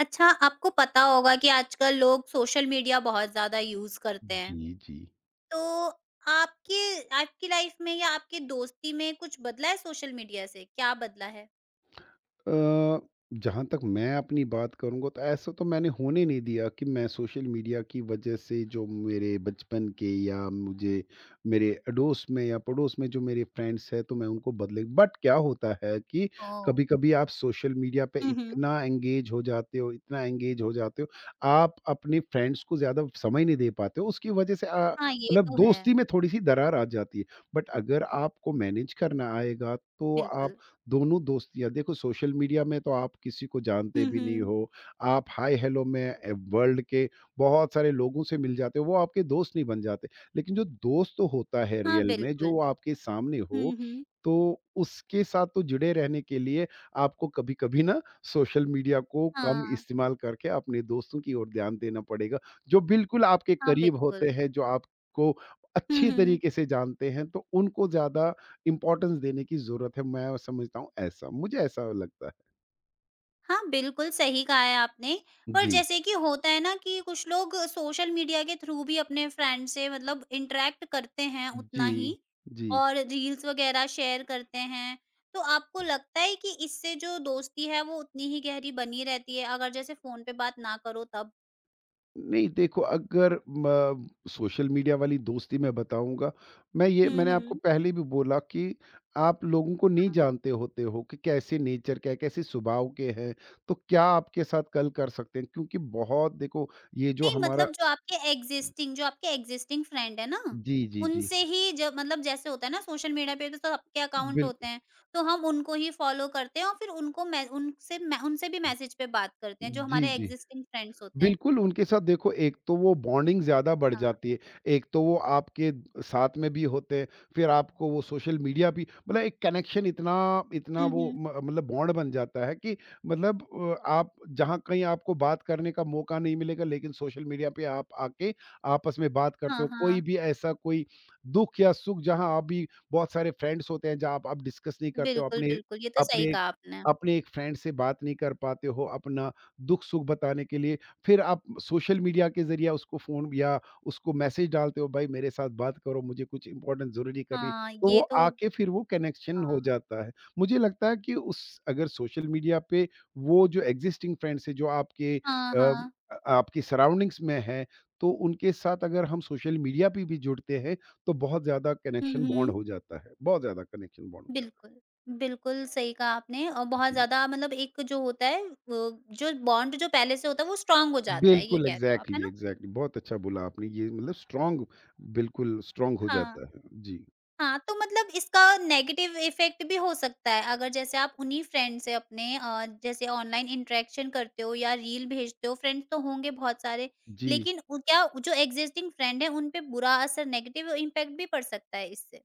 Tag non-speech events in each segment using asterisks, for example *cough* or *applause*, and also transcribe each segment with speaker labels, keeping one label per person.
Speaker 1: अच्छा, आपको पता होगा कि आजकल लोग सोशल मीडिया बहुत ज़्यादा यूज़ करते हैं।
Speaker 2: जी, जी।
Speaker 1: तो आपके आपकी लाइफ़ में या आपकी दोस्ती में कुछ बदला है सोशल मीडिया से? क्या बदला है?
Speaker 2: अ, जहाँ तक मैं अपनी बात करूँगा तो ऐसा तो मैंने होने नहीं दिया कि मैं सोशल मीडिया की वजह से जो मेरे बचपन के या मुझे मेरे अड़ोस में या पड़ोस में जो मेरे फ्रेंड्स हैं तो मैं उनको बदले बट क्या होता है कि
Speaker 1: ओह!
Speaker 2: कभी-कभी आप सोशल मीडिया पे
Speaker 1: हुँ, हुँ।
Speaker 2: इतना एंगेज हो जाते हो, इतना एंगेज हो जाते हो, आप अपने फ्रेंड्स को ज़्यादा समय नहीं दे पाते हो। उसकी वजह से
Speaker 1: हाँ, ये
Speaker 2: मतलब
Speaker 1: तो है।
Speaker 2: दोस्ती में थोड़ी-सी दरार आ जाती है। बट अगर आपको मैनेज करना आएगा तो आप
Speaker 1: बिल्कुल।
Speaker 2: दोनों दोस्तियाँ देखो सोशल मीडिया में तो आप किसी को जानते
Speaker 1: हुँ,
Speaker 2: भी नहीं
Speaker 1: हुँ।
Speaker 2: हो, आप हाय हेलो में वर्ल्ड के बहुत सारे लोगों से मिल जाते हो, वो आपके दोस्त नहीं बन जाते। लेकिन जो दोस्त तो होता है
Speaker 1: हाँ,
Speaker 2: रियल में,
Speaker 1: बिल्कुल।
Speaker 2: जो आपके सामने
Speaker 1: हुँ,
Speaker 2: हो,
Speaker 1: हुँ।
Speaker 2: तो उसके साथ तो जुड़े रहने के लिए आपको कभी-कभी ना सोशल मीडिया को कम
Speaker 1: हाँ।
Speaker 2: इस्तेमाल करके अपने दोस्तों की ओर ध्यान देना पड़ेगा, जो बिल्कुल आपके
Speaker 1: हाँ,
Speaker 2: करीब
Speaker 1: बिल्कुल।
Speaker 2: होते हैं, जो आपको
Speaker 1: हुँ,
Speaker 2: अच्छी
Speaker 1: हुँ।
Speaker 2: तरीके से जानते हैं, तो उनको ज़्यादा इम्पोर्टेंस देने की ज़रूरत है, मैं समझता हूँ ऐसा, मुझे ऐसा लगता है।
Speaker 1: हाँ, बिल्कुल सही कहा है आपने। पर
Speaker 2: जी,
Speaker 1: जैसे कि होता है ना कि कुछ लोग सोशल मीडिया के थ्रू भी अपने फ्रेंड से मतलब इंटरैक्ट करते हैं उतना ही
Speaker 2: जी, जी।
Speaker 1: और रील्स वगैरह शेयर करते हैं। तो आपको लगता है कि इससे जो दोस्ती है वो उतनी ही गहरी बनी रहती है अगर जैसे फ़ोन पे बात ना करो तब?
Speaker 2: नहीं देखो अगर म सोशल मीडिया वाली दोस्ती मैं बताऊँगा,
Speaker 1: हुँ,
Speaker 2: मैंने आपको
Speaker 1: हुँ।
Speaker 2: पहले भी बोला कि आप लोगों को नहीं
Speaker 1: हाँ।
Speaker 2: जानते होते हो कि कैसे नेचर क्या है, कैसे स्वभाव के हैं, तो क्या आपके साथ कल कर सकते हैं क्योंकि बहुत देखो ये जो
Speaker 1: नहीं
Speaker 2: हमारा
Speaker 1: मतलब जो आपके एग्ज़िस्टिंग फ्रेंड है ना,
Speaker 2: जी, जी, जी।
Speaker 1: उनसे ही जब मतलब जैसे होता है ना सोशल मीडिया पे तो सबके अकाउंट होते
Speaker 2: बिल्कुल।
Speaker 1: हैं, तो हम उनको ही फ़ॉलो करते हैं और फिर उनको मै उनसे मैं उनसे भी मैसेज पे बात करते हैं, जो
Speaker 2: जी,
Speaker 1: हमारे
Speaker 2: जी।
Speaker 1: एग्ज़िस्टिंग फ्रेंड्स होते हैं।
Speaker 2: बिल्कुल, उनके साथ देखो एक तो वो बॉन्डिंग ज़्यादा बढ़
Speaker 1: हाँ।
Speaker 2: जाती है, एक तो वो आपके साथ में भी होते हैं, फिर आपको वो सोशल मीडिया भी मतलब एक कनेक्शन इतना इतना
Speaker 1: हुँ,
Speaker 2: वो
Speaker 1: हुँ।
Speaker 2: म मतलब बॉन्ड बन जाता है कि मतलब आप जहाँ कहीं आपको बात करने का मौका नहीं मिलेगा, लेकिन सोशल मीडिया पे आप आके आपस में बात करते
Speaker 1: हाँ,
Speaker 2: हो। कोई
Speaker 1: हाँ।
Speaker 2: भी ऐसा कोई दुःख या सुख जहाँ आप भी बहुत सारे फ्रेंड्स होते हैं, जहाँ आप डिस्कस नहीं करते हो,
Speaker 1: बिल्कुल,
Speaker 2: अपने
Speaker 1: बिल्कुल, ये तो सही
Speaker 2: अपने
Speaker 1: कहा आपने।
Speaker 2: अपने एक फ्रेंड से बात नहीं कर पाते हो, अपना दुःख-सुख बताने के लिए फिर आप सोशल मीडिया के ज़रिए उसको फ़ोन या उसको मैसेज डालते हो, "भाई मेरे साथ बात करो, मुझे कुछ इम्पोर्टेंट ज़रूरी करनी है।"
Speaker 1: हाँ,
Speaker 2: तो वो
Speaker 1: ये तो
Speaker 2: आके फिर वो कनेक्शन हो
Speaker 1: हाँ।
Speaker 2: जाता है। मुझे लगता है कि उस अगर सोशल मीडिया पे वो जो एक्ज़िस्टिंग फ्रेंड्स हैं, जो
Speaker 1: हाँ,
Speaker 2: अ,
Speaker 1: हाँ।
Speaker 2: आपकी सराउंडिंग्स में हैं, तो उनके साथ अगर हम सोशल मीडिया पे भी जुड़ते हैं, तो बहुत ज़्यादा
Speaker 1: हुँ,
Speaker 2: कनेक्शन बॉन्ड
Speaker 1: हुँ।
Speaker 2: हो जाता है। बहुत ज़्यादा कनेक्शन बॉन्ड हो जाता
Speaker 1: बिल्कुल, बिल्कुल सही कहा आपने और
Speaker 2: है।
Speaker 1: बहुत
Speaker 2: जी।
Speaker 1: ज़्यादा मतलब एक जो होता है वो जो बॉन्ड जो पहले से होता है वो स्ट्रॉन्ग हो जाता है, ये
Speaker 2: बिल्कुल,
Speaker 1: कह रहे हो आप, है
Speaker 2: एग्ज़ैक्टली,
Speaker 1: ना?
Speaker 2: एग्ज़ैक्टली बहुत अच्छा बोला आपने ये मतलब स्ट्रॉन्ग बिल्कुल स्ट्रॉन्ग हो
Speaker 1: हाँ,
Speaker 2: जाता है। जी,
Speaker 1: हाँ, तो मतलब इसका नेगेटिव इफ़ेक्ट भी हो सकता है अगर जैसे आप उन्हीं फ्रेंड से अपने जैसे ऑनलाइन इंटरेक्शन करते हो या रील भेजते हो, फ्रेंड्स तो होंगे बहुत सारे,
Speaker 2: जी।
Speaker 1: लेकिन उ क्या जो एक्सिस्टिंग फ्रेंड है उन पे बुरा असर नेगेटिव इम्पैक्ट भी पड़ सकता है इससे?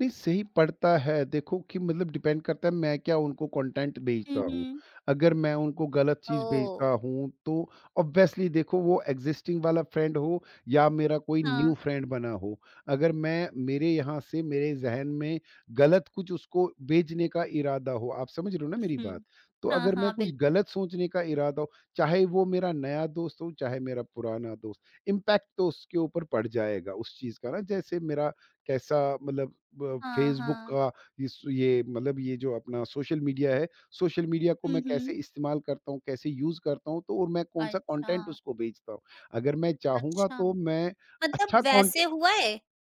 Speaker 2: नहीं, सही पड़ता है। देखो कि मतलब डिपेंड करता है मैं क्या उनको कंटेंट भेजता
Speaker 1: हुँ,
Speaker 2: हूँ।
Speaker 1: हुँ।
Speaker 2: अगर मैं उनको गलत चीज़
Speaker 1: ओह!
Speaker 2: भेजता हूँ तो ऑब्वियसली देखो वो एक्जिस्टिंग वाला फ्रेंड हो या मेरा कोई न्यू
Speaker 1: हाँ।
Speaker 2: फ्रेंड बना हो। अगर मैं मेरे यहाँ से मेरे ज़हन में गलत कुछ उसको भेजने का इरादा हो, आप समझ रहे हो ना
Speaker 1: हुँ,
Speaker 2: मेरी बात?
Speaker 1: हुँ।
Speaker 2: तो
Speaker 1: हाँ,
Speaker 2: अगर मैं
Speaker 1: हाँ,
Speaker 2: कुछ
Speaker 1: बिल्कुल।
Speaker 2: गलत सोचने का इरादा हो, चाहे वो मेरा नया दोस्त हो, चाहे मेरा पुराना दोस्त, इम्पैक्ट तो उसके ऊपर पड़ जाएगा उस चीज़ का ना जैसे मेरा कैसा मतलब ब
Speaker 1: हाँ,
Speaker 2: फेसबुक
Speaker 1: हाँ।
Speaker 2: का इस ये मतलब ये जो अपना सोशल मीडिया है, सोशल मीडिया को
Speaker 1: हुँ,
Speaker 2: मैं कैसे
Speaker 1: हुँ।
Speaker 2: इस्तेमाल करता हूँ, कैसे यूज़ करता हूँ, तो और मैं कौन-सा
Speaker 1: अच्छा,
Speaker 2: कंटेंट उसको भेजता हूँ। अगर मैं चाहूँगा
Speaker 1: अच्छा।
Speaker 2: तो मैं
Speaker 1: मतलब
Speaker 2: अच्छा
Speaker 1: वैसे
Speaker 2: कंटेंट
Speaker 1: हुआ है?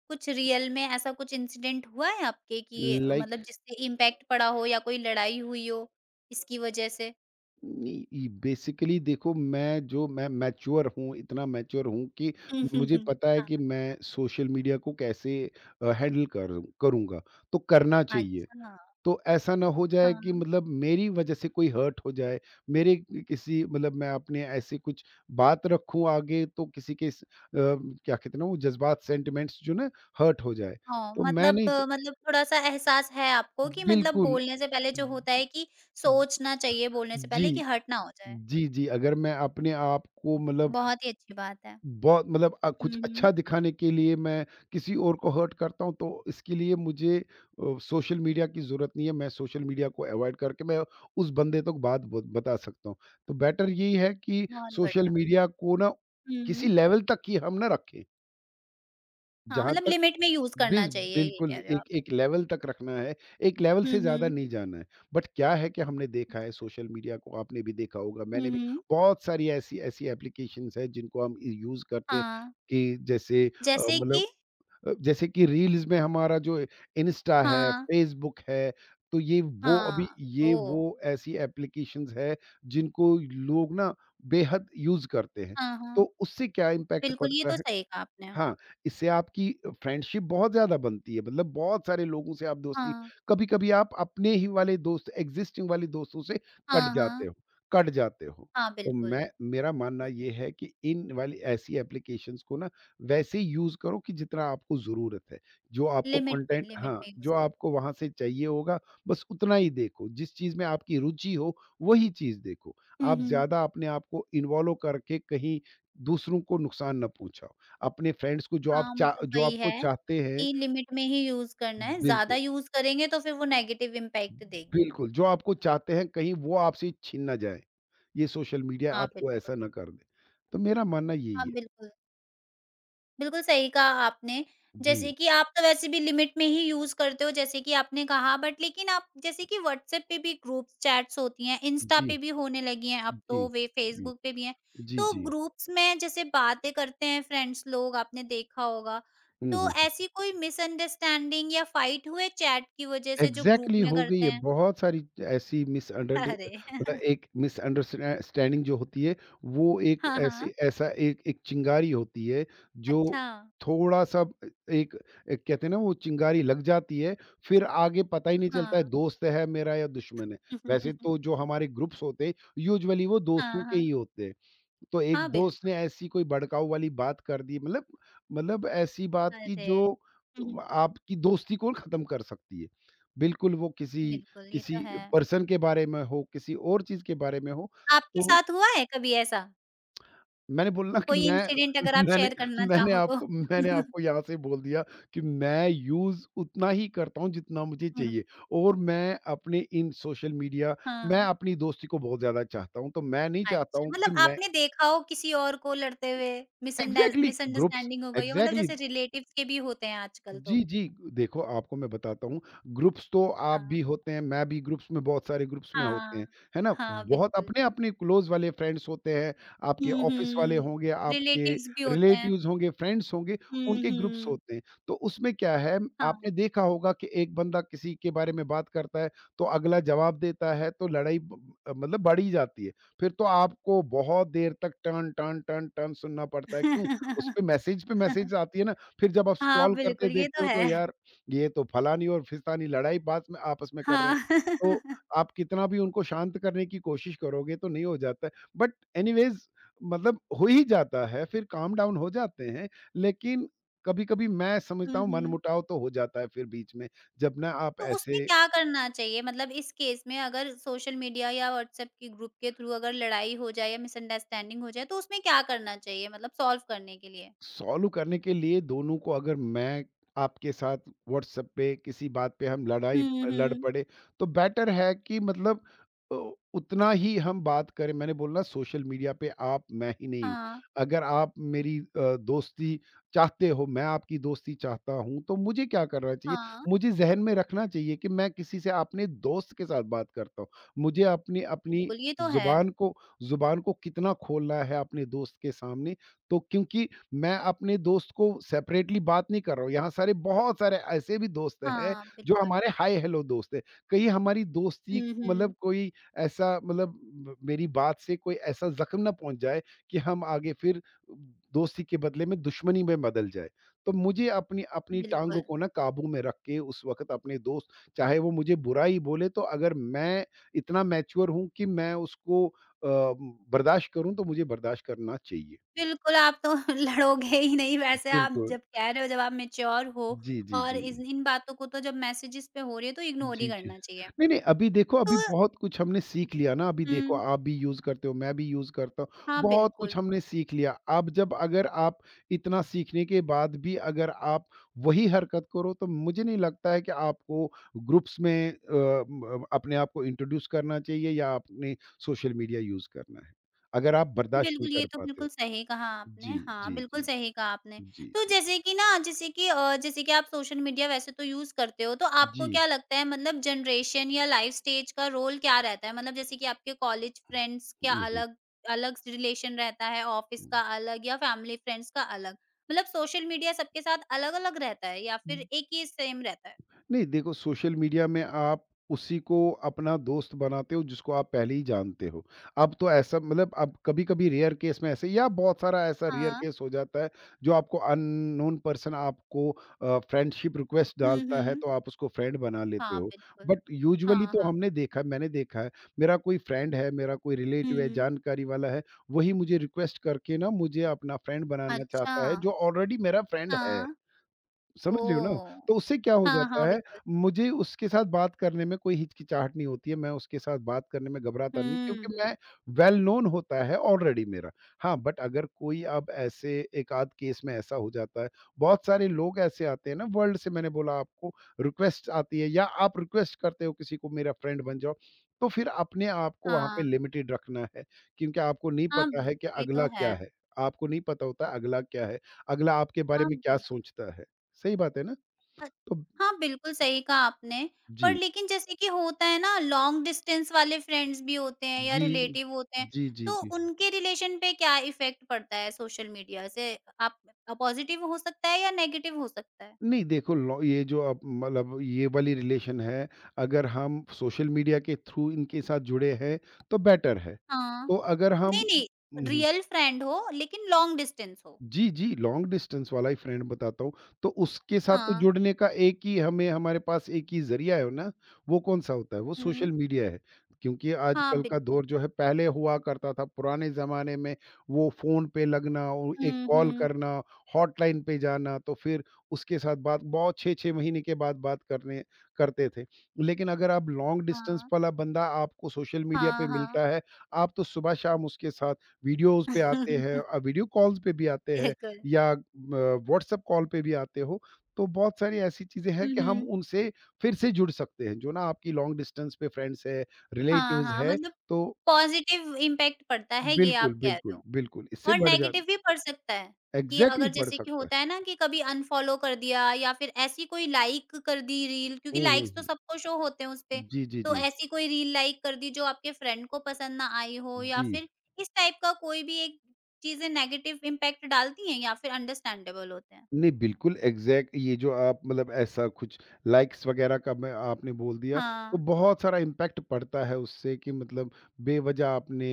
Speaker 1: कुछ रियल में ऐसा कुछ इंसिडेंट हुआ है आपके कि ये,
Speaker 2: लाइक
Speaker 1: मतलब जिससे इम्पैक्ट पड़ा हो या कोई लड़ाई हुई हो इसकी वजह से?
Speaker 2: इ इ बेसिकली देखो मैं मैच्योर हूँ, इतना मैच्योर हूँ कि मुझे पता
Speaker 1: *laughs*
Speaker 2: है कि मैं सोशल मीडिया को कैसे हैंडल करूँगा, तो करना
Speaker 1: हाँ,
Speaker 2: चाहिए।
Speaker 1: अच्छा।
Speaker 2: तो ऐसा ना हो जाए कि
Speaker 1: हाँ।
Speaker 2: मतलब मेरी वजह से कोई हर्ट हो जाए, मेरे कि किसी मतलब मैं अपने ऐसे कुछ बात रखूँ आगे तो किसी के क्या कहते हैं ना वो जज़्बात सेंटिमेंट्स जो ना हर्ट हो जाए।
Speaker 1: ओह!
Speaker 2: तो मैं
Speaker 1: मतलब
Speaker 2: नहीं च
Speaker 1: मतलब थोड़ा-सा एहसास है आपको कि मतलब
Speaker 2: बिल्कुल।
Speaker 1: बोलने से पहले जो होता है कि सोचना चाहिए बोलने से
Speaker 2: जी।
Speaker 1: पहले कि हर्ट ना हो जाए।
Speaker 2: जी, जी, अगर मैं अपने आप को मतलब
Speaker 1: बहुत ही अच्छी बात है।
Speaker 2: बहुत मतलब कुछ
Speaker 1: हुँ, हुँ।
Speaker 2: अच्छा दिखाने के लिए मैं किसी और को हर्ट करता हूँ, तो इसके लिए मुझे सोशल मीडिया की ज़रूरत नहीं है। मैं सोशल मीडिया को अवॉइड करके मैं उस बंदे तक बात ब बता सकता हूँ। तो बेटर यही है कि
Speaker 1: बहुत
Speaker 2: सोशल
Speaker 1: बढ़िया।
Speaker 2: मीडिया को ना
Speaker 1: हुँ,
Speaker 2: किसी
Speaker 1: हुँ।
Speaker 2: लेवल तक ही हम ना रखें,
Speaker 1: हाँ,
Speaker 2: जहाँ
Speaker 1: मतलब
Speaker 2: तक
Speaker 1: लिमिट में यूज़ करना
Speaker 2: बिस
Speaker 1: चाहिए ये
Speaker 2: बिल्कुल,
Speaker 1: कह रहे हो आप।
Speaker 2: एक एक लेवल तक रखना है, एक लेवल
Speaker 1: हुँ,
Speaker 2: से ज़्यादा
Speaker 1: हुँ।
Speaker 2: नहीं जाना है। बट क्या है कि हमने देखा है
Speaker 1: बिल्कुल।
Speaker 2: सोशल मीडिया को आपने भी देखा होगा,
Speaker 1: हुँ,
Speaker 2: मैंने भी
Speaker 1: हुँ।
Speaker 2: बहुत सारी ऐसी ऐसी एप्लीकेशंस हैं जिनको हम यूज़ करते हैं
Speaker 1: हाँ,
Speaker 2: कि जैसे
Speaker 1: जैसे
Speaker 2: मतलब
Speaker 1: कि
Speaker 2: जैसे कि रील्स में हमारा जो इंस्टा है,
Speaker 1: हाँ,
Speaker 2: फेसबुक है, तो ये वो
Speaker 1: हाँ,
Speaker 2: अभी ये
Speaker 1: ओह!
Speaker 2: वो ऐसी एप्लीकेशंस है जिनको लोग ना बेहद यूज़ करते हैं।
Speaker 1: हाँ, हाँ,
Speaker 2: तो उससे क्या इम्पैक्ट
Speaker 1: बिल्कुल ये
Speaker 2: पड़ता
Speaker 1: तो
Speaker 2: है?
Speaker 1: सही कहा आपने।
Speaker 2: हाँ, इससे आपकी फ्रेंडशिप बहुत ज़्यादा बनती है, मतलब बहुत सारे लोगों से आप दोस्ती
Speaker 1: हाँ,
Speaker 2: कभी-कभी आप अपने ही वाले दोस्त एक्सिस्टिंग वाले दोस्तों से कट
Speaker 1: हाँ,
Speaker 2: जाते
Speaker 1: हाँ,
Speaker 2: हो कट जाते हो।
Speaker 1: हाँ,
Speaker 2: तो
Speaker 1: बिल्कुल,
Speaker 2: मैं मेरा मानना
Speaker 1: बिल्कुल,
Speaker 2: ये है कि इन वाली ऐसी एप्लीकेशंस को ना वैसे यूज़ करो कि जितना आपको ज़रूरत है। जो आपको कंटेंट
Speaker 1: लिमिट
Speaker 2: हाँ,
Speaker 1: में यूज़
Speaker 2: जो
Speaker 1: करो।
Speaker 2: आपको वहाँ से चाहिए होगा, बस उतना ही देखो। जिस चीज़ में आपकी रुचि हो, वही चीज़ देखो।
Speaker 1: हुँ,
Speaker 2: आप
Speaker 1: हुँ।
Speaker 2: ज़्यादा अपने आप को इन्वॉल्व करके कहीं दूसरों को नुकसान ना पहुँचाओ। अपने फ्रेंड्स को जो आप
Speaker 1: हाँ,
Speaker 2: चा
Speaker 1: मतलब
Speaker 2: जो
Speaker 1: वही
Speaker 2: आपको
Speaker 1: है
Speaker 2: चाहते हैं
Speaker 1: कि लिमिट में ही यूज़ करना है, ज़्यादा
Speaker 2: बिल्कुल,
Speaker 1: यूज़ करेंगे तो फिर वो नेगेटिव इम्पैक्ट देगी।
Speaker 2: बिल्कुल, जो आपको चाहते हैं कहीं वो आपसे छीन ना जाए, ये सोशल मीडिया
Speaker 1: हाँ,
Speaker 2: आपको ऐसा
Speaker 1: बिल्कुल।
Speaker 2: ना कर दे। तो मेरा मानना यही
Speaker 1: हाँ,
Speaker 2: है।
Speaker 1: बिल्कुल। बिल्कुल सही कहा आपने। जैसे
Speaker 2: जी,
Speaker 1: कि आप तो वैसे भी लिमिट में ही यूज़ करते हो जैसे कि आपने कहा बट लेकिन आप जैसे कि व्हाट्सएप पे भी ग्रुप चैट्स होती हैं, इंस्टा
Speaker 2: जी,
Speaker 1: पे भी होने लगी हैं अब
Speaker 2: जी,
Speaker 1: तो वे
Speaker 2: जी,
Speaker 1: फेसबुक पे भी हैं।
Speaker 2: जी,
Speaker 1: तो
Speaker 2: जी।
Speaker 1: ग्रुप्स में जैसे बातें करते हैं फ्रेंड्स लोग आपने देखा होगा,
Speaker 2: हुँ,
Speaker 1: तो
Speaker 2: हुँ।
Speaker 1: ऐसी कोई मिसअंडरस्टैंडिंग या फाइट हुए चैट की वज़ह से जो ग्रुप
Speaker 2: एग्ज़ैक्टली
Speaker 1: में
Speaker 2: हो गई
Speaker 1: करते
Speaker 2: है,
Speaker 1: हैं?
Speaker 2: बहुत सारी ऐसी
Speaker 1: *laughs*
Speaker 2: मिसअंडरड
Speaker 1: अरे!
Speaker 2: मतलब
Speaker 1: *laughs*
Speaker 2: एक मिसअंडरस्टै स्टैंडिंग जो होती है, वो एक
Speaker 1: हाँ,
Speaker 2: ऐसी
Speaker 1: हाँ।
Speaker 2: ऐसा एक एक चिंगारी होती है, जो
Speaker 1: अच्छा।
Speaker 2: थोड़ा-सा एक एक कहते हैं ना वो चिंगारी लग जाती है, फिर आगे पता ही नहीं चलता है
Speaker 1: हाँ।
Speaker 2: दोस्त है मेरा या दुश्मन है। वैसे तो
Speaker 1: *laughs*
Speaker 2: जो हमारे ग्रुप्स होते हैं, यूजुअली वो दोस्तों
Speaker 1: हाँ,
Speaker 2: के ही
Speaker 1: हाँ।
Speaker 2: होते हैं। तो एक
Speaker 1: हाँ,
Speaker 2: दोस्त ने
Speaker 1: बिल्कुल।
Speaker 2: ऐसी कोई भड़काऊ वाली बात कर दी मतलब ऐसी बात की
Speaker 1: अरे!
Speaker 2: जो
Speaker 1: *laughs*
Speaker 2: आपकी दोस्ती को ख़त्म कर सकती है। बिल्कुल वो किसी
Speaker 1: बिल्कुल, ये
Speaker 2: किसी
Speaker 1: तो है।
Speaker 2: पर्सन के बारे में हो, किसी और चीज़ के बारे में हो,
Speaker 1: आपके
Speaker 2: तो
Speaker 1: साथ हुआ है कभी ऐसा?
Speaker 2: मैंने बोला कि
Speaker 1: कोई *laughs*
Speaker 2: मैं
Speaker 1: इंसिडेंट अगर आप
Speaker 2: *laughs* मैंने
Speaker 1: शेयर करना चाहो तो?
Speaker 2: मैंने
Speaker 1: *laughs*
Speaker 2: आपको यहाँ से बोल दिया कि मैं यूज़ उतना ही करता हूँ जितना मुझे चाहिए और मैं अपने इन सोशल मीडिया मैं
Speaker 1: हाँ,
Speaker 2: अपनी दोस्ती को बहुत ज़्यादा चाहता हूँ, तो मैं नहीं चाहता
Speaker 1: अच्छा
Speaker 2: हूँ कि
Speaker 1: मतलब
Speaker 2: मैं
Speaker 1: आपने देखा हो किसी और को लड़ते हुए मिसअंडा
Speaker 2: एग्ज़ैक्टली ग्रुप्स
Speaker 1: मिसअंडरस्टैंडिंग हो गई हो मतलब
Speaker 2: एग्ज़ैक्टली
Speaker 1: जैसे रिलेटिव्स के भी होते हैं आजकल तो।
Speaker 2: जी, जी। देखो, आपको मैं बताता हूँ, ग्रुप्स तो आप
Speaker 1: हाँ,
Speaker 2: भी होते हैं, मैं भी ग्रुप्स में बहुत सारे ग्रुप्स में होते
Speaker 1: हाँ,
Speaker 2: हैं, है ना?
Speaker 1: हाँ,
Speaker 2: बहुत
Speaker 1: बिल्कुल।
Speaker 2: अपने-अपने क्लोज़ वाले फ्रेंड्स होते हैं, आपके
Speaker 1: हुँ,
Speaker 2: ऑफ़िस वाले
Speaker 1: हुँ,
Speaker 2: होंगे, आपके
Speaker 1: रिलेटिव्स भी होते हैं।
Speaker 2: रिलेटिव्स होंगे, फ्रेंड्स होंगे,
Speaker 1: हुँ,
Speaker 2: उनके ग्रुप्स
Speaker 1: हुँ,
Speaker 2: होते हैं। तो उसमें क्या है,
Speaker 1: हाँ।
Speaker 2: आपने देखा होगा कि एक बंदा किसी के बारे में बात करता है, तो अगला जवाब देता है, तो लड़ाई मतलब बढ़ी जाती है। फिर तो आपको बहुत देर तक टर्न, टर्न, टर्न, टर्न सुनना पड़ता है। क्यों? उस
Speaker 1: *laughs*
Speaker 2: पे मैसेज आती है ना। फिर जब आप
Speaker 1: हाँ,
Speaker 2: स्क्रॉल करते
Speaker 1: बिल्कुल ये
Speaker 2: देखते
Speaker 1: तो
Speaker 2: हो तो
Speaker 1: है।
Speaker 2: यार, ये तो फलानी और फिस्तानी लड़ाई पास में आपस में कर रहे हैं।
Speaker 1: हाँ।
Speaker 2: तो
Speaker 1: *laughs*
Speaker 2: आप कितना भी उनको शांत करने की कोशिश करोगे तो नहीं हो जाता है। बट एनीवेज़ मतलब हो ही जाता है, फिर काम डाउन हो जाते हैं, लेकिन कभी-कभी मैं
Speaker 1: हुँ,
Speaker 2: समझता हूँ
Speaker 1: हुँ।
Speaker 2: मनमुटाव तो हो जाता है फिर बीच में, जब ना आप
Speaker 1: तो उसमें
Speaker 2: ऐसे
Speaker 1: क्या करना चाहिए? मतलब इस केस में अगर सोशल मीडिया या व्हाट्सएप के ग्रुप के थ्रू अगर लड़ाई हो जाए या मिसअंडरस्टैंडिंग हो जाए, तो उसमें क्या करना चाहिए मतलब सॉल्व करने के लिए?
Speaker 2: सॉल्व करने के लिए दोनों को अगर मैं आपके साथ व्हाट्सएप पे किसी बात पे हम लड़ाई
Speaker 1: हुँ,
Speaker 2: लड़
Speaker 1: हुँ।
Speaker 2: पड़े तो बेटर है कि मतलब अ, उतना ही हम बात करें मैंने बोला सोशल मीडिया पे आप मैं ही नहीं हूँ
Speaker 1: हाँ,
Speaker 2: अगर आप मेरी दोस्ती चाहते हो मैं आपकी दोस्ती चाहता हूँ तो मुझे क्या करना चाहिए
Speaker 1: हाँ,
Speaker 2: मुझे जहन में रखना चाहिए कि मैं किसी से अपने दोस्त के साथ बात करता हूँ मुझे अपनी अपनी
Speaker 1: बिल्कुल, ये तो है।
Speaker 2: जुबान को जुबान को कितना खोलना है अपने दोस्त के सामने तो क्योंकि मैं अपने दोस्त को सेपरेटली बात नहीं कर रहा हूँ, यहाँ सारे बहुत सारे ऐसे भी दोस्त हैं
Speaker 1: हाँ,
Speaker 2: जो
Speaker 1: बिल्कुल।
Speaker 2: हमारे हाय हेलो दोस्त हैं। कहीं हमारी दोस्ती
Speaker 1: हुँ, हुँ,
Speaker 2: मतलब कोई ऐसा मतलब ब मेरी बात से कोई ऐसा ज़ख्म ना पहुँच जाए कि हम आगे फिर दोस्ती के बदले में दुश्मनी में बदल जाए। तो मुझे अपनी अपनी टाँग
Speaker 1: बिल्कुल।
Speaker 2: को ना काबू में रख के उस वक़्त अपने दोस्त चाहे वो मुझे बुरा ही बोले तो अगर मैं इतना मैच्योर हूँ कि मैं उसको बर्दाश्त करूँ तो मुझे बर्दाश्त करना चाहिए।
Speaker 1: बिल्कुल, आप तो *laughs* लड़ोगे ही नहीं वैसे आप
Speaker 2: बिल्कुल।
Speaker 1: जब कह रहे हो जब आप मैच्योर हो
Speaker 2: जी, जी,
Speaker 1: और
Speaker 2: जी।
Speaker 1: इस इन बातों को तो जब मैसेजेस पे हो रही है तो इग्नोर ही
Speaker 2: जी, जी।
Speaker 1: करना चाहिए।
Speaker 2: नहीं, नहीं, अभी देखो अभी
Speaker 1: तो
Speaker 2: बहुत कुछ हमने सीख लिया ना, अभी देखो
Speaker 1: हुँ,
Speaker 2: आप भी यूज़ करते हो, मैं भी यूज़ करता हूँ,
Speaker 1: हाँ,
Speaker 2: बहुत कुछ
Speaker 1: बिल्कुल।
Speaker 2: हमने सीख लिया। अब जब अगर आप इतना सीखने के बाद भी अगर आप वही हरकत करो, तो मुझे नहीं लगता है कि आपको ग्रुप्स में अ, म अपने आप को इंट्रोड्यूस करना चाहिए या आपने सोशल मीडिया यूज़ करना है। अगर आप बर्दाश्त नहीं
Speaker 1: बिल्कुल, ये
Speaker 2: कर
Speaker 1: तो
Speaker 2: पाते
Speaker 1: बिल्कुल
Speaker 2: हो।
Speaker 1: सही कहा आपने।
Speaker 2: जी,
Speaker 1: हाँ,
Speaker 2: जी, जी,
Speaker 1: बिल्कुल
Speaker 2: जी।
Speaker 1: सही कहा आपने।
Speaker 2: जी,
Speaker 1: तो
Speaker 2: जी।
Speaker 1: जैसे कि ना जैसे कि जैसे कि आप सोशल मीडिया वैसे तो यूज़ करते हो, तो
Speaker 2: जी।
Speaker 1: आपको क्या लगता है मतलब जनरेशन या लाइफ स्टेज का रोल क्या रहता है? मतलब जैसे कि आपके कॉलेज फ्रेंड्स क्या
Speaker 2: हुँ, हुँ,
Speaker 1: अलग अलग रिलेशन रहता है, ऑफिस का अलग या फैमिली फ्रेंड्स का अलग? मतलब सोशल मीडिया सबके साथ अलग-अलग रहता है या फिर
Speaker 2: हुँ।
Speaker 1: एक ही सेम रहता है?
Speaker 2: नहीं, देखो सोशल मीडिया में आप उसी को अपना दोस्त बनाते हो जिसको आप पहले ही जानते हो। अब तो ऐसा मतलब अब कभी-कभी रेयर केस में ऐसे या बहुत सारा ऐसा रेयर
Speaker 1: हाँ।
Speaker 2: केस हो जाता है जो आपको अननोन पर्सन आपको फ्रेंडशिप रिक्वेस्ट
Speaker 1: हुँ,
Speaker 2: डालता है
Speaker 1: हुँ।
Speaker 2: तो आप उसको फ्रेंड बना लेते
Speaker 1: हाँ,
Speaker 2: हो।
Speaker 1: बिल्कुल।
Speaker 2: बट यूजुअली
Speaker 1: हाँ,
Speaker 2: तो
Speaker 1: हाँ।
Speaker 2: हमने देखा मैंने देखा है मेरा कोई फ्रेंड है, मेरा कोई रिलेटिव है,
Speaker 1: हुँ।
Speaker 2: जानकारी वाला है, वही मुझे रिक्वेस्ट करके ना मुझे अपना फ्रेंड बनाना
Speaker 1: अच्छा।
Speaker 2: चाहता है जो ऑलरेडी मेरा फ्रेंड है।
Speaker 1: हाँ।
Speaker 2: समझ रहे हो ना?
Speaker 1: ओह!
Speaker 2: तो उससे क्या हो
Speaker 1: हाँ,
Speaker 2: जाता
Speaker 1: हाँ,
Speaker 2: है,
Speaker 1: बिल्कुल।
Speaker 2: मुझे उसके साथ बात करने में कोई हिचकिचाहट नहीं होती है, मैं उसके साथ बात करने में घबराता नहीं क्योंकि
Speaker 1: हुँ।
Speaker 2: मैं वेल नोन होता है ऑलरेडी मेरा। हाँ, बट अगर कोई अब ऐसे एक-आध केस में ऐसा हो जाता है, बहुत सारे लोग ऐसे आते हैं ना वर्ल्ड से मैंने बोला आपको रिक्वेस्ट आती है या आप रिक्वेस्ट करते हो किसी को मेरा फ्रेंड बन जाओ, तो फिर अपने आप को वहाँ पे
Speaker 1: हाँ।
Speaker 2: लिमिटेड रखना है क्योंकि आपको नहीं
Speaker 1: हाँ,
Speaker 2: पता है कि
Speaker 1: बिल्कुल, ये
Speaker 2: अगला
Speaker 1: तो है।
Speaker 2: क्या है? आपको नहीं पता होता अगला क्या है? अगला आपके बारे
Speaker 1: हाँ,
Speaker 2: में क्या
Speaker 1: बिल्कुल।
Speaker 2: सोचता है? सही बात है ना?
Speaker 1: अ,
Speaker 2: तो।
Speaker 1: हाँ, बिल्कुल सही कहा आपने। पर
Speaker 2: जी।
Speaker 1: लेकिन जैसे कि होता है ना लॉन्ग डिस्टेंस वाले फ्रेंड्स भी होते हैं या
Speaker 2: जी।
Speaker 1: रिलेटिव होते हैं,
Speaker 2: जी, जी,
Speaker 1: तो
Speaker 2: जी।
Speaker 1: उनके रिलेशन पे क्या इफ़ेक्ट पड़ता है सोशल मीडिया से? आप पॉज़िटिव हो सकता है या नेगेटिव हो सकता है?
Speaker 2: नहीं देखो लॉ ये जो आप मतलब ये वाली रिलेशन है, अगर हम सोशल मीडिया के थ्रू इनके साथ जुड़े हैं, तो बेटर है।
Speaker 1: हाँ।
Speaker 2: तो अगर हम।
Speaker 1: नहीं, नहीं,
Speaker 2: हुँ, हुँ।
Speaker 1: रियल फ्रेंड हो लेकिन लॉन्ग डिस्टेंस हो।
Speaker 2: जी, जी, लॉन्ग डिस्टेंस वाला ही फ्रेंड बताता हूँ, तो उसके साथ तो
Speaker 1: हाँ।
Speaker 2: जुड़ने का एक ही हमें हमारे पास एक ही ज़रिया है ना, वो कौन-सा होता है? वो हुँ।
Speaker 1: हुँ।
Speaker 2: सोशल मीडिया है, क्योंकि
Speaker 1: हाँ,
Speaker 2: आजकल का
Speaker 1: बिल्कुल।
Speaker 2: दौर जो है पहले हुआ करता था पुराने ज़माने में वो फ़ोन पे लगना और एक
Speaker 1: हुँ,
Speaker 2: कॉल
Speaker 1: हुँ।
Speaker 2: करना, हॉटलाइन पे जाना, तो फिर उसके साथ बात बहुत 6-6 महीने के बाद बात करने करते थे। लेकिन अगर आप लॉन्ग डिस्टेंस
Speaker 1: हाँ।
Speaker 2: वाला बंदा आपको सोशल मीडिया पे
Speaker 1: हाँ, हाँ।
Speaker 2: मिलता है, आप तो सुबह-शाम उसके साथ वीडियोज़ पे आते हैं
Speaker 1: *laughs*
Speaker 2: वीडियो कॉल्स पे भी आते हैं
Speaker 1: बिल्कुल।
Speaker 2: या व्हाट्सएप कॉल पे भी आते हो, तो बहुत सारी ऐसी चीज़ें हैं
Speaker 1: हुँ,
Speaker 2: कि हम
Speaker 1: हुँ।
Speaker 2: उनसे फिर से जुड़ सकते हैं, जो ना आपकी लॉन्ग डिस्टेंस पे फ्रेंड्स है,
Speaker 1: हाँ,
Speaker 2: रिलेटिव्स
Speaker 1: हाँ,
Speaker 2: है,
Speaker 1: मतलब
Speaker 2: तो।
Speaker 1: पॉज़िटिव इम्पैक्ट पड़ता है ये आप
Speaker 2: बिल्कुल,
Speaker 1: कह रहे
Speaker 2: बिल्कुल,
Speaker 1: हो
Speaker 2: बिल्कुल, इससे
Speaker 1: और
Speaker 2: बढ़ जान
Speaker 1: नेगेटिव भी पड़ सकता है कि अगर
Speaker 2: एग्ज़ैक्टली बढ़
Speaker 1: जैसे कि
Speaker 2: सकता है।
Speaker 1: होता है ना कि कभी अनफ़ॉलो कर दिया या फिर ऐसी कोई लाइक कर दी रील क्योंकि
Speaker 2: हुँ, हुँ,
Speaker 1: लाइक्स तो
Speaker 2: हुँ।
Speaker 1: सबको शो होते हैं उसपे।
Speaker 2: जी, जी,
Speaker 1: तो
Speaker 2: जी।
Speaker 1: ऐसी कोई रील लाइक कर दी जो आपके फ्रेंड को पसंद ना आई हो या
Speaker 2: जी।
Speaker 1: फिर इस टाइप का कोई भी एक चीज़ें नेगेटिव इम्पैक्ट डालती हैं या फिर अंडरस्टैंडेबल होते हैं।
Speaker 2: नहीं, बिल्कुल एग्ज़ैक्ट ये जो आप मतलब ऐसा कुछ लाइक्स वग़ैरह का मैं आपने बोल दिया, तो
Speaker 1: हाँ।
Speaker 2: बहुत सारा इम्पैक्ट पड़ता है उससे कि मतलब बेवज़ह आपने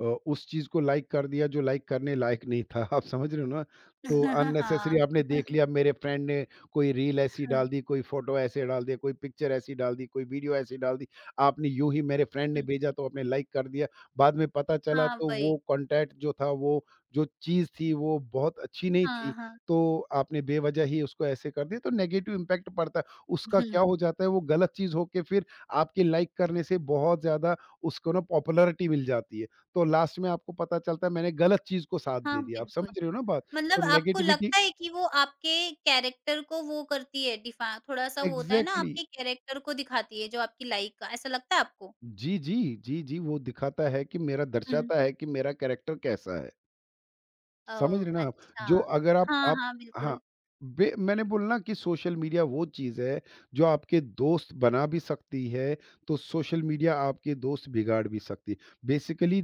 Speaker 2: उस चीज़ को लाइक कर दिया जो लाइक करने लायक नहीं था। *laughs* आप समझ रहे हो ना? तो
Speaker 1: *laughs*
Speaker 2: अननेसेसरी
Speaker 1: हाँ।
Speaker 2: आपने देख
Speaker 1: *laughs*
Speaker 2: लिया मेरे फ्रेंड ने कोई रील ऐसी डाल दी, कोई फ़ोटो ऐसे डाल दिया, कोई पिक्चर ऐसी डाल दी, कोई वीडियो ऐसी डाल दी। आपने यूँ ही मेरे फ्रेंड ने भेजा तो आपने लाइक कर दिया। बाद में पता चला
Speaker 1: हाँ,
Speaker 2: तो वो
Speaker 1: वही।
Speaker 2: कॉन्टैक्ट जो था वो जो चीज़ थी वो बहुत अच्छी नहीं
Speaker 1: हाँ,
Speaker 2: थी।
Speaker 1: हाँ।
Speaker 2: तो आपने बेवजह ही उसको ऐसे कर दिया तो नेगेटिव इम्पैक्ट पड़ता है। उसका क्या हो
Speaker 1: *laughs*
Speaker 2: जाता है वो गलत चीज़ होके फिर आपके लाइक करने से बहुत ज़्यादा उसको ना पॉपुलैरिटी मिल जाती है। तो लास्ट में आपको पता चलता है मैंने गलत चीज़ को साथ दे
Speaker 1: हाँ,
Speaker 2: दिया। आप
Speaker 1: बिल्कुल।
Speaker 2: समझ रहे हो ना बात? तो
Speaker 1: मतलब आपको
Speaker 2: नेगेटिविटी
Speaker 1: लगता है कि वो आपके कैरेक्टर को वो करती है डिफा थोड़ा-सा वो होता है ना
Speaker 2: एग्ज़ैक्टली।
Speaker 1: आपके कैरेक्टर को दिखाती है जो आपकी लाइफ का, ऐसा लगता है आपको?
Speaker 2: जी, जी। जी, जी, वो दिखाता है कि मेरा
Speaker 1: हुँ, हुँ।
Speaker 2: दर्शाता है कि मेरा कैरेक्टर कैसा है। समझ
Speaker 1: ओह!
Speaker 2: रहे ना आप?
Speaker 1: अच्छा।
Speaker 2: जो अगर आप
Speaker 1: हाँ,
Speaker 2: आप
Speaker 1: हाँ,
Speaker 2: हाँ,
Speaker 1: बिल्कुल,
Speaker 2: बे मैंने बोला ना कि सोशल मीडिया वो चीज़ है, जो आपके दोस्त बना भी सकती है, तो सोशल मीडिया आपके दोस्त बिगाड़ भी सकती है। बेसिकली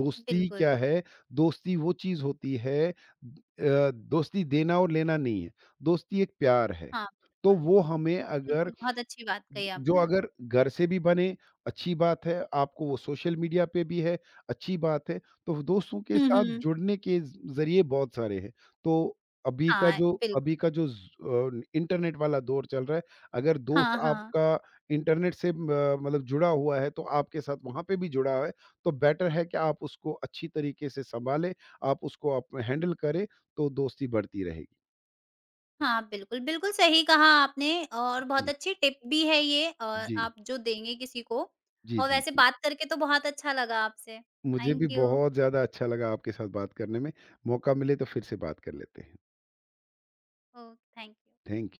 Speaker 2: दोस्ती
Speaker 1: बिल्कुल।
Speaker 2: क्या है, दोस्ती वो चीज़ होती है दोस्ती देना और लेना नहीं है, दोस्ती एक प्यार है।
Speaker 1: हाँ,
Speaker 2: तो
Speaker 1: बिल्कुल।
Speaker 2: वो हमें अगर
Speaker 1: बिल्कुल, बहुत अच्छी बात कही
Speaker 2: जो
Speaker 1: आपने।
Speaker 2: अगर घर से भी बने, अच्छी बात है, आपको वो सोशल मीडिया पे भी है, अच्छी बात है। तो दोस्तों के
Speaker 1: हुँ,
Speaker 2: साथ
Speaker 1: हुँ।
Speaker 2: जुड़ने के ज़ ज़रिए बहुत सारे हैं। तो अभी का
Speaker 1: हाँ,
Speaker 2: जो अभी
Speaker 1: बिल्कुल।
Speaker 2: का जो ज़ अ, इंटरनेट वाला दौर चल रहा है, अगर दोस्त
Speaker 1: हाँ, हाँ।
Speaker 2: आपका इंटरनेट से मतलब जुड़ा हुआ है, तो आपके साथ वहाँ पे भी जुड़ा है, तो बेटर है कि आप उसको अच्छी तरीके से सँभालें, आप उसको आप हैंडल करें, तो दोस्ती बढ़ती रहेगी।
Speaker 1: हाँ, बिल्कुल, बिल्कुल सही कहा आपने और बहुत
Speaker 2: जी,
Speaker 1: अच्छी टिप भी है ये और
Speaker 2: जी,
Speaker 1: आप जो देंगे किसी को
Speaker 2: जी,
Speaker 1: और
Speaker 2: जी,
Speaker 1: वैसे
Speaker 2: जी।
Speaker 1: बात करके तो बहुत अच्छा लगा आपसे।
Speaker 2: मुझे भी
Speaker 1: थैंक यू।
Speaker 2: बहुत ज़्यादा अच्छा लगा आपके साथ बात करने में। मौका मिले तो फिर से बात कर लेते हैं।
Speaker 1: ओह, थैंक यू।
Speaker 2: थैंक